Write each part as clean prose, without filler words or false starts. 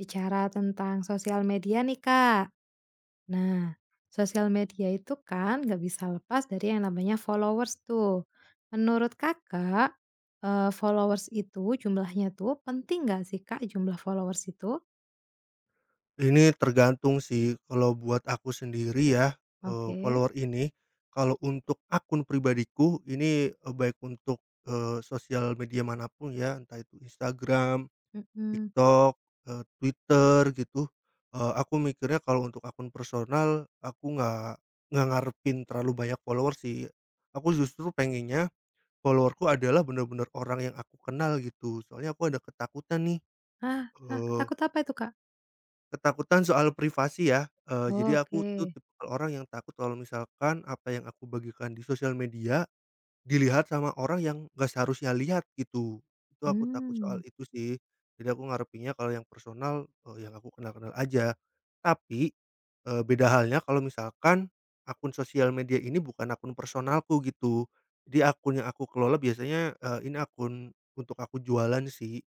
Bicara tentang sosial media nih, Kak. Nah, sosial media itu kan nggak bisa lepas dari yang namanya followers tuh. Menurut Kakak, followers itu jumlahnya tuh penting nggak sih, Kak, jumlah followers itu? Ini tergantung sih, kalau buat aku sendiri ya, Oke, follower ini, kalau untuk akun pribadiku ini, baik untuk, sosial media manapun ya, entah itu Instagram, mhm. TikTok, Twitter gitu, aku mikirnya kalau untuk akun personal, aku nggak ngarepin terlalu banyak follower sih. Aku justru pengennya follower adalah benar-benar orang yang aku kenal gitu, soalnya aku ada ketakutan nih. Ah hah, eh, takut apa itu, Kak? Ketakutan soal privasi ya, jadi aku Oke, tuh tipikal orang yang takut kalau misalkan apa yang aku bagikan di sosial media, dilihat sama orang yang gak seharusnya lihat gitu. Itu aku takut soal hmm. itu sih. Jadi aku ngarepinnya kalau yang personal, yang aku kenal-kenal aja. Tapi, beda halnya kalau misalkan akun sosial media ini bukan akun personalku gitu. Jadi akun yang aku kelola biasanya, ini akun untuk aku jualan sih.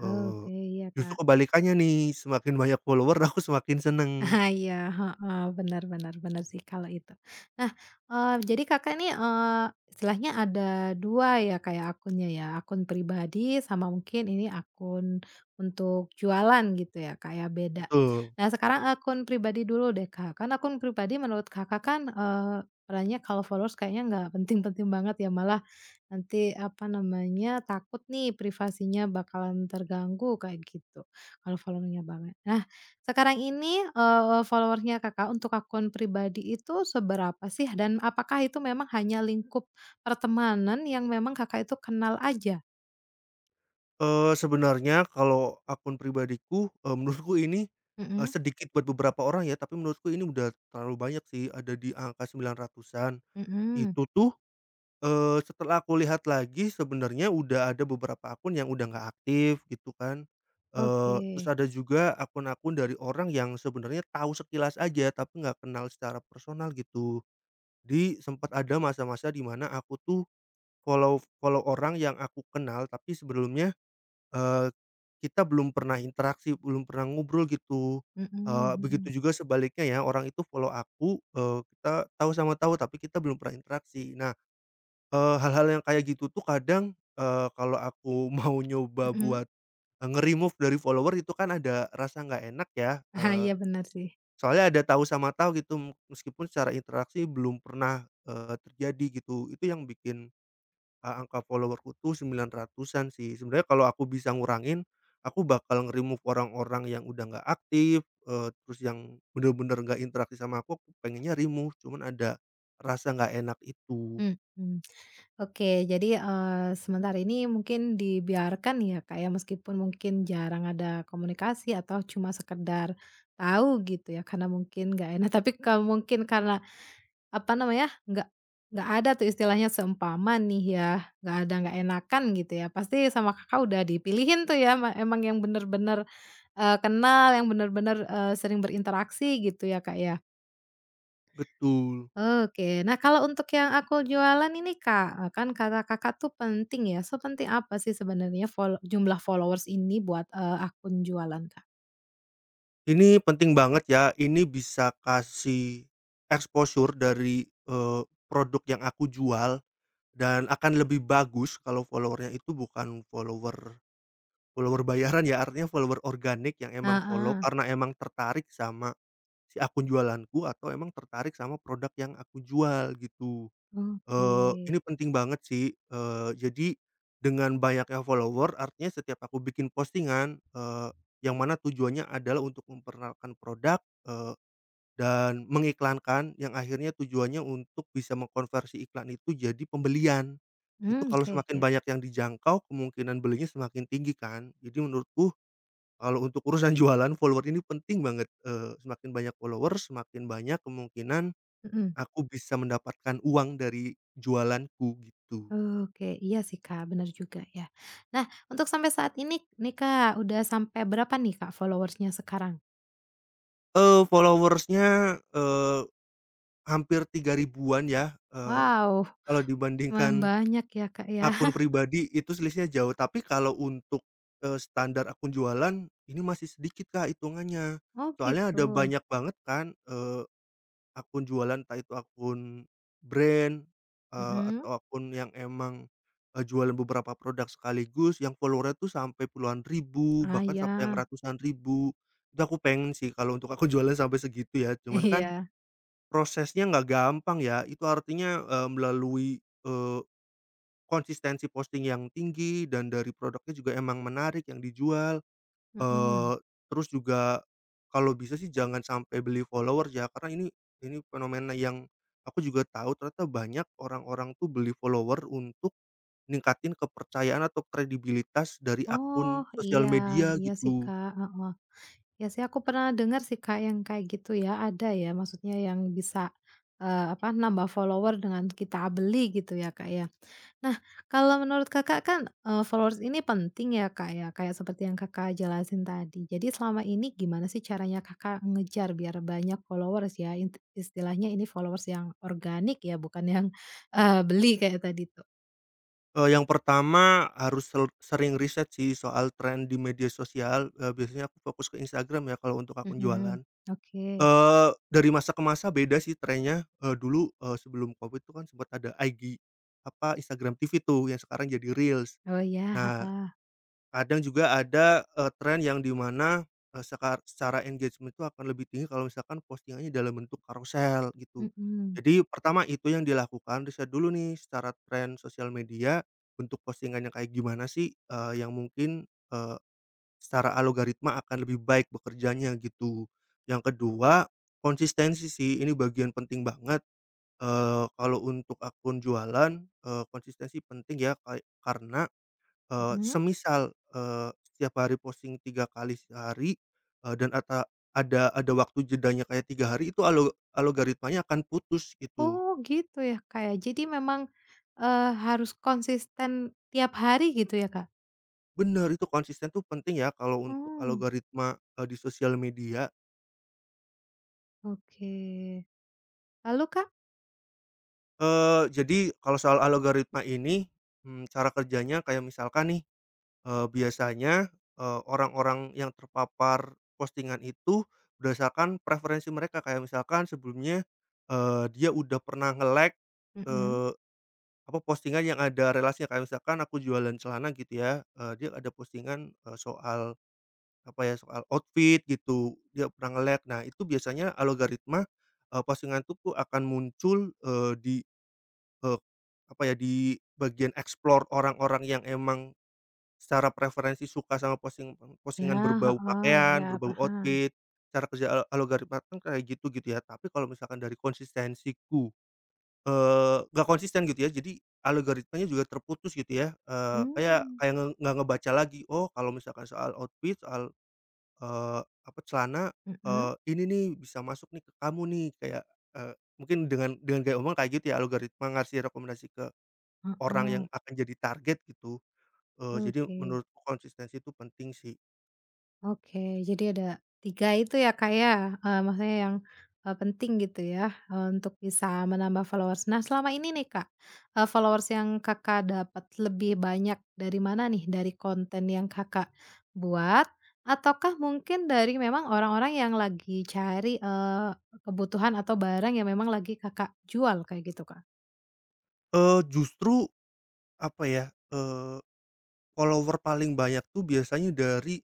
Eee, Oke, iya, justru Kak. kebalikannya nih, semakin banyak follower aku semakin seneng. Ah, iya, heeh, benar benar benar sih kalau itu. Nah, jadi Kakak ini istilahnya ada 2 ya, kayak akunnya ya, akun pribadi sama mungkin ini akun untuk jualan gitu ya kayak beda. Betul. Nah, sekarang akun pribadi dulu deh, Kak. Kan akun pribadi menurut Kakak kan, perannya kalau followers kayaknya nggak penting-penting banget ya, malah nanti, apa namanya, takut nih privasinya bakalan terganggu kayak gitu, kalau followernya banget. Nah, sekarang ini, follower Kakak untuk akun pribadi itu seberapa sih? Dan apakah itu memang hanya lingkup pertemanan yang memang Kakak itu kenal aja? Sebenarnya kalau akun pribadiku, menurutku ini, Mhm sedikit buat beberapa orang ya, tapi menurutku ini udah terlalu banyak sih, ada di angka 900-an. mhm. Itu tuh, setelah aku lihat lagi sebenarnya udah ada beberapa akun yang udah nggak aktif gitu kan, Oke. terus ada juga akun-akun dari orang yang sebenarnya tahu sekilas aja tapi nggak kenal secara personal gitu. Di sempat ada masa-masa di mana aku tuh follow follow orang yang aku kenal, tapi sebelumnya, eee, kita belum pernah interaksi, belum pernah ngobrol gitu. Mhm Eee, mhm. begitu juga sebaliknya ya, orang itu follow aku, kita tahu sama tahu, tapi kita belum pernah interaksi. Nah, hal-hal yang kayak gitu tuh kadang, kalau aku mau nyoba Mhm. buat, nge-remove dari follower itu kan ada rasa nggak enak ya. Ah, eee iya benar sih. Soalnya ada tahu sama tahu gitu, meskipun secara interaksi belum pernah, terjadi gitu. Itu yang bikin, angka follower-ku tuh 900-an sih. Sebenarnya kalau aku bisa ngurangin, aku bakal nge-remove orang-orang yang udah nggak aktif, terus yang bener-bener nggak interaksi sama aku pengennya remove, cuman ada rasa nggak enak itu. Mhm. Oke, jadi, sementara ini mungkin dibiarkan ya, Kak, ya, meskipun mungkin jarang ada komunikasi atau cuma sekedar tahu gitu ya, karena mungkin nggak enak, tapi kalau mungkin karena, apa namanya, nggak ada tuh istilahnya seumpama nih ya, nggak ada nggak enakan gitu ya, pasti sama Kakak udah dipilihin tuh ya, emang yang bener-bener, kenal, yang bener-bener, sering berinteraksi gitu ya, Kak, ya? Betul. Oke. Nah, kalau untuk yang aku jualan ini, Kak, kan kata Kakak tuh penting ya, sepenting apa sih sebenarnya jumlah followers ini buat, akun jualan, Kak? Ini penting banget ya, ini bisa kasih exposure dari, produk yang aku jual. Dan akan lebih bagus kalau followernya itu bukan follower follower bayaran ya, artinya follower organik yang emang follow Heeh, karena emang tertarik sama si akun jualanku atau emang tertarik sama produk yang aku jual gitu. oke. Ini penting banget sih, jadi dengan banyaknya follower artinya setiap aku bikin postingan, yang mana tujuannya adalah untuk memperkenalkan produk, eee dan mengiklankan yang akhirnya tujuannya untuk bisa mengkonversi iklan itu jadi pembelian. Itu Mmm, kalau oke semakin oke. banyak yang dijangkau kemungkinan belinya semakin tinggi kan. Jadi menurutku kalau untuk urusan jualan follower ini penting banget, semakin banyak follower semakin banyak kemungkinan Mhm. aku bisa mendapatkan uang dari jualanku gitu. Oke, iya sih, Kak, benar juga ya. Nah, untuk sampai saat ini nih, Kak, udah sampai berapa nih, Kak, followersnya sekarang? Followers-nya, hampir 3.000-an ya, Wow, kalau lumayan dibandingkan banyak ya, Kak, ya. akun pribadi itu selisihnya jauh, tapi kalau untuk, standar akun jualan, ini masih sedikit, Kak, hitungannya. Oh, Soalnya gitu. ada banyak banget kan, akun jualan, entah itu akun brand, Mhm. atau akun yang emang, jualan beberapa produk sekaligus yang follower-nya tuh sampai puluhan ribu, Ah, bahkan iya. sampai yang ratusan ribu. Itu aku pengen sih kalau untuk akun jualan sampai segitu ya, cuman kan Iya. prosesnya nggak gampang ya, itu artinya, melalui, eee konsistensi posting yang tinggi dan dari produknya juga emang menarik yang dijual, Mhm. eee, terus juga kalau bisa sih jangan sampai beli followers ya, karena ini fenomena yang aku juga tahu ternyata banyak orang-orang tuh beli follower untuk ningkatin kepercayaan atau kredibilitas dari Oh, akun sosial iya media iya sih, gitu. Kak, heeh. Iya sih, aku pernah dengar sih, Kak, yang kayak gitu ya, ada ya maksudnya yang bisa, apa, nambah follower dengan kita beli gitu ya, Kak, ya. Nah, kalau menurut Kakak kan, followers ini penting ya, Kak, ya, kayak seperti yang Kakak jelasin tadi. Jadi selama ini gimana sih caranya Kakak ngejar biar banyak followers ya, istilahnya ini followers yang organik ya, bukan yang, beli kayak tadi tuh? Yang pertama harus sering riset sih soal tren di media sosial, biasanya aku fokus ke Instagram ya kalau untuk akun jualan. Mhm, oke. Dari masa ke masa beda sih trennya, dulu, sebelum Covid itu kan sempet ada IG, apa, Instagram TV tuh yang sekarang jadi Reels. Oh, ya, Nah, heeh, kadang juga ada, tren yang di mana, secara engagement itu akan lebih tinggi kalau misalkan postingannya dalam bentuk karusel gitu. mhm. Jadi pertama itu yang dilakukan, riset dulu nih secara tren sosial media, bentuk postingannya kayak gimana sih, yang mungkin, eee secara algoritma akan lebih baik bekerjanya gitu. Yang kedua, konsistensi sih ini bagian penting banget, kalau untuk akun jualan, konsistensi penting ya karena, Mhm. semisal, setiap hari posting 3 kali sehari, dan ada waktu jedanya kayak 3 hari itu algoritmanya akan putus gitu. Oh, gitu ya, Kak, ya, jadi memang, harus konsisten tiap hari gitu ya, Kak? Bener itu konsisten tuh penting ya kalau untuk Mmm, algoritma, di sosial media. oke. Lalu, Kak? Jadi kalau soal algoritma ini, cara kerjanya kayak misalkan nih, biasanya, orang-orang yang terpapar postingan itu berdasarkan preferensi mereka, kayak misalkan sebelumnya, dia udah pernah nge-like, Mhm. eee, apa, postingan yang ada relasinya, kayak misalkan aku jualan celana gitu ya, dia ada postingan, soal, apa ya, soal outfit gitu, dia pernah nge-like. Nah, itu biasanya algoritma, postingan itu tuh akan muncul, di Eee, apa ya, di bagian explore orang-orang yang emang secara preferensi suka sama Ya, postingan berbau heeh, pakaian, ya berbau paham. outfit, cara kerja algoritma kan kayak gitu gitu ya. Tapi kalau misalkan dari konsistensiku, nggak konsisten gitu ya, jadi algoritmanya juga terputus gitu ya, kayak Mmm, kayak nggak ngebaca lagi, oh kalau misalkan soal outfit, soal, eee, apa, celana, mhm, ini nih bisa masuk nih ke kamu nih, kayak, mungkin dengan gaya omong kayak gitu ya, algoritma ngasih rekomendasi ke orang heeh, yang akan jadi target gitu, jadi oke. menurutku konsistensi itu penting sih. Oke, jadi ada 3 itu ya, Kak, ya, maksudnya yang, penting gitu ya, untuk bisa menambah followers. Nah, selama ini nih, Kak, followers yang Kakak dapat lebih banyak dari mana nih? Dari konten yang Kakak buat ataukah mungkin dari memang orang-orang yang lagi cari, kebutuhan atau barang yang memang lagi Kakak jual kayak gitu, Kak? Justru apa ya, follower paling banyak tuh biasanya dari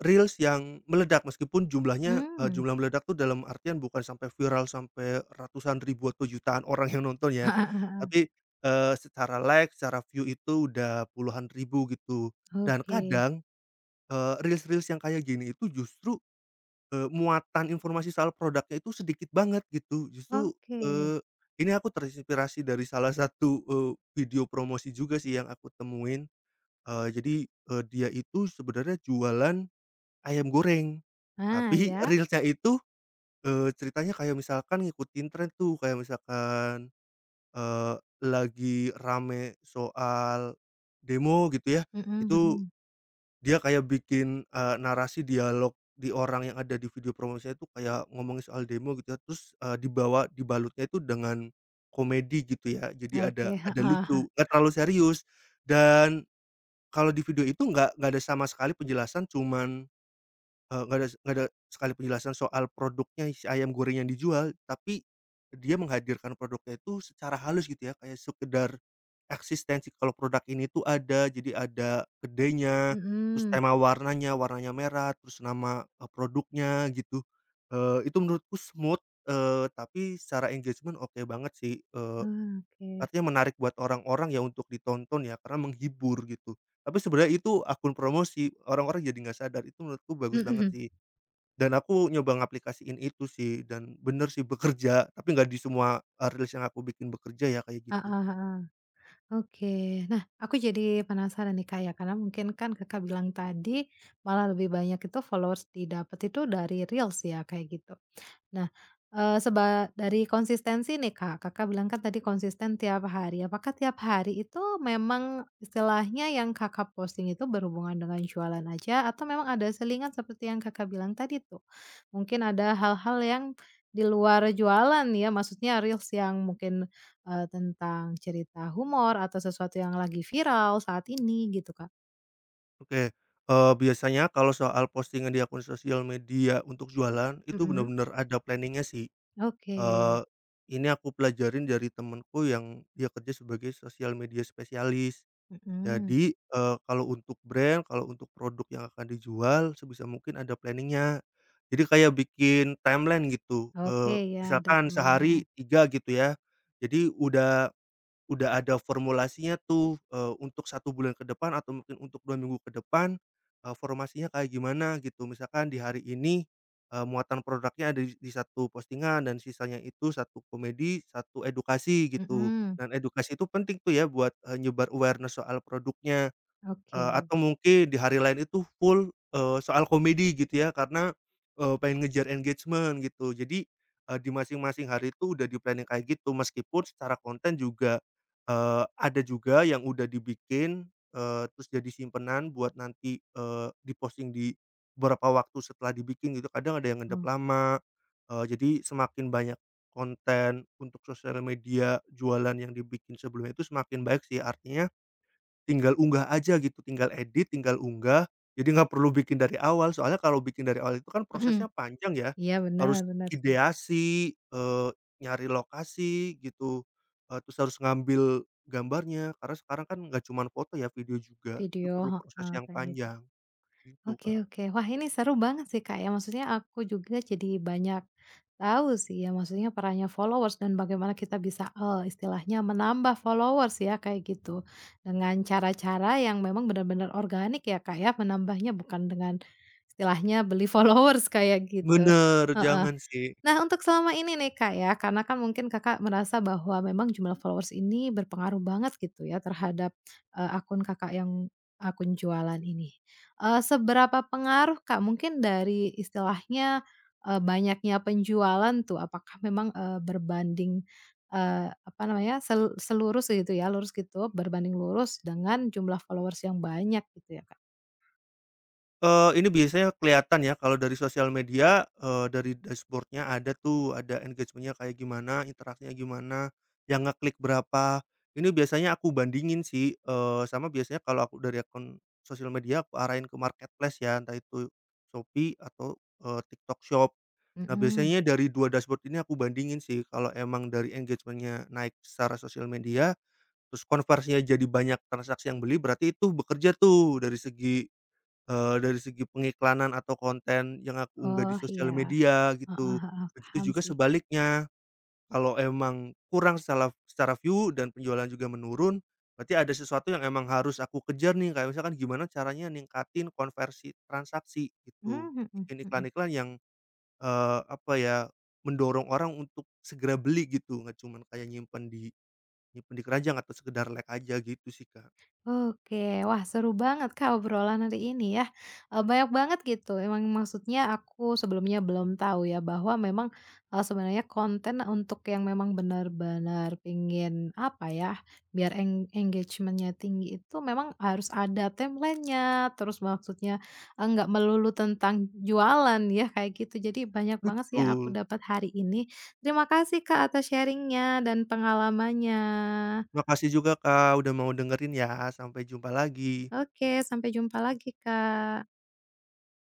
reels yang meledak meskipun jumlahnya, Hmm. jumlah meledak tuh dalam artian bukan sampai viral sampai ratusan ribu atau jutaan orang yang nonton ya, tapi, secara like, secara view itu udah puluhan ribu gitu. Dan Oke, kadang, reels-reels yang kayak gini itu justru muatan informasi soal produknya itu sedikit banget gitu. Justru, oke. Ini aku terinspirasi dari salah satu, video promosi juga sih yang aku temuin. Jadi, dia itu sebenarnya jualan ayam goreng, Ah, tapi iya. reels-nya itu, ceritanya kayak misalkan ngikutin tren tuh, kayak misalkan, eee, lagi rame soal demo gitu ya, Mhm itu mhm. dia kayak bikin, narasi dialog di orang yang ada di video promosinya itu kayak ngomongin soal demo gitu ya, terus, dibalutnya itu dengan komedi gitu ya. Jadi Oke. ada ada lucu, nggak terlalu serius dan kalau di video itu nggak ada sama sekali penjelasan, cuman nggak ada sekali penjelasan soal produknya si ayam goreng yang dijual, tapi dia menghadirkan produknya itu secara halus gitu ya, kayak sekedar eksistensi kalau produk ini tuh ada, jadi ada kedainya, terus Mhm. tema warnanya, warnanya merah, terus nama, produknya gitu. Itu menurutku smooth, tapi secara engagement oke banget sih, Ah, oke. artinya menarik buat orang-orang ya untuk ditonton ya, karena menghibur gitu. Tapi sebenarnya itu akun promosi, orang-orang jadi nggak sadar, itu menurutku bagus banget Mhm. sih. Dan aku nyoba ngaplikasiin itu sih dan bener sih bekerja, tapi nggak di semua, reels yang aku bikin bekerja ya kayak gitu. Heeh heeh. Oke. Nah, aku jadi penasaran nih, Kak, ya, karena mungkin kan Kakak bilang tadi malah lebih banyak itu followers didapat itu dari reels ya, kayak gitu. Nah, dari konsistensi nih, Kak, Kakak bilang kan tadi konsisten tiap hari. Apakah tiap hari itu memang istilahnya yang Kakak posting itu berhubungan dengan jualan aja atau memang ada selingan seperti yang Kakak bilang tadi tuh? Mungkin ada hal-hal yang di luar jualan ya, maksudnya reels yang mungkin, tentang cerita humor atau sesuatu yang lagi viral saat ini gitu, Kak? Oke, biasanya kalau soal postingan di akun sosial media untuk jualan itu Mhm. benar-benar ada planningnya sih, Oke. eee, ini aku pelajarin dari temenku yang dia kerja sebagai sosial media spesialis. Mhm. Jadi, kalau untuk brand, kalau untuk produk yang akan dijual sebisa mungkin ada planningnya. Jadi kayak bikin timeline gitu, Oke, ya ada misalkan timeline-nya. sehari 3 gitu ya. Jadi Udah ada formulasinya tuh, untuk 1 bulan ke depan atau mungkin untuk 2 minggu ke depan, formasinya kayak gimana gitu. Misalkan di hari ini, muatan produknya ada di 1 postingan dan sisanya itu satu komedi, satu edukasi gitu. Mhm. Dan edukasi itu penting tuh ya buat, nyebar awareness soal produknya. Eee, Oke. atau mungkin di hari lain itu full, soal komedi gitu ya karena, pengen ngejar engagement gitu. Jadi, di masing-masing hari itu udah di-planning kayak gitu meskipun secara konten juga, ada juga yang udah dibikin, terus jadi simpenan buat nanti, di-posting di beberapa waktu setelah dibikin gitu. Kadang ada yang ngendap Oh, lama, jadi semakin banyak konten untuk sosial media jualan yang dibikin sebelumnya itu semakin baik sih. Artinya tinggal unggah aja gitu, tinggal edit, tinggal unggah, jadi nggak perlu bikin dari awal, soalnya kalau bikin dari awal itu kan mhm. prosesnya panjang ya, Iya benar harus benar sih, ideasi, nyari lokasi gitu, terus harus ngambil gambarnya, karena sekarang kan nggak cuman foto ya, video juga, itu video perlu proses heeh, yang kayak gitu. panjang, gitu Oke, Kak. oke. Wah, ini seru banget sih, Kak, ya, maksudnya aku juga jadi banyak tahu sih ya, maksudnya perannya followers dan bagaimana kita bisa, istilahnya menambah followers ya, kayak gitu. Dengan cara-cara yang memang benar-benar organik ya, Kak, ya, menambahnya bukan dengan istilahnya beli followers kayak gitu. Bener, Heeh. jangan sih. Nah, untuk selama ini nih, Kak, ya, karena kan mungkin Kakak merasa bahwa memang jumlah followers ini berpengaruh banget gitu ya terhadap, akun Kakak yang akun jualan ini. Seberapa pengaruh, Kak, mungkin dari istilahnya, banyaknya penjualan tuh apakah memang, berbanding, apa namanya, selurus gitu ya, lurus gitu, berbanding lurus dengan jumlah followers yang banyak gitu ya, Kak? Ini biasanya kelihatan ya kalau dari sosial media, dari dashboard-nya ada tuh, ada engagement-nya kayak gimana, interaksinya gimana, yang ngeklik berapa. Ini biasanya aku bandingin sih, sama biasanya kalau aku dari akun sosial media aku arahin ke marketplace ya, entah itu Shopee atau, TikTok Shop. Nah, Mhm. biasanya dari 2 dashboard ini aku bandingin sih, kalau emang dari engagement-nya naik secara sosial media, terus konversinya jadi banyak transaksi yang beli, berarti itu bekerja tuh dari segi dari segi pengiklanan atau konten yang aku unggah di Oh, iya. sosial media Heeh gitu. heeh, paham Begitu juga sih. sebaliknya, kalau emang kurang secara secara view dan penjualan juga menurun, berarti ada sesuatu yang emang harus aku kejar nih, kayak misalkan gimana caranya ningkatin konversi transaksi Mmm, gitu. mhm Bikin mhm. iklan-iklan yang, apa ya, mendorong orang untuk segera beli gitu, nggak cuman kayak nyimpen di keranjang atau sekedar like aja gitu sih, Kak. Oke, wah seru banget, Kak, obrolan hari ini ya, banyak banget gitu emang, maksudnya aku sebelumnya belum tahu ya bahwa memang, sebenarnya konten untuk yang memang benar-benar pingin apa ya, biar engagementnya tinggi itu memang harus ada template-nya, terus maksudnya, nggak melulu tentang jualan ya kayak gitu, jadi banyak banget sih yang aku Betul. dapat hari ini. Terima kasih, Kak, atas sharingnya dan pengalamannya. Makasih juga Kak, udah mau dengerin ya. Sampai jumpa lagi. Oke, sampai jumpa lagi, Kak.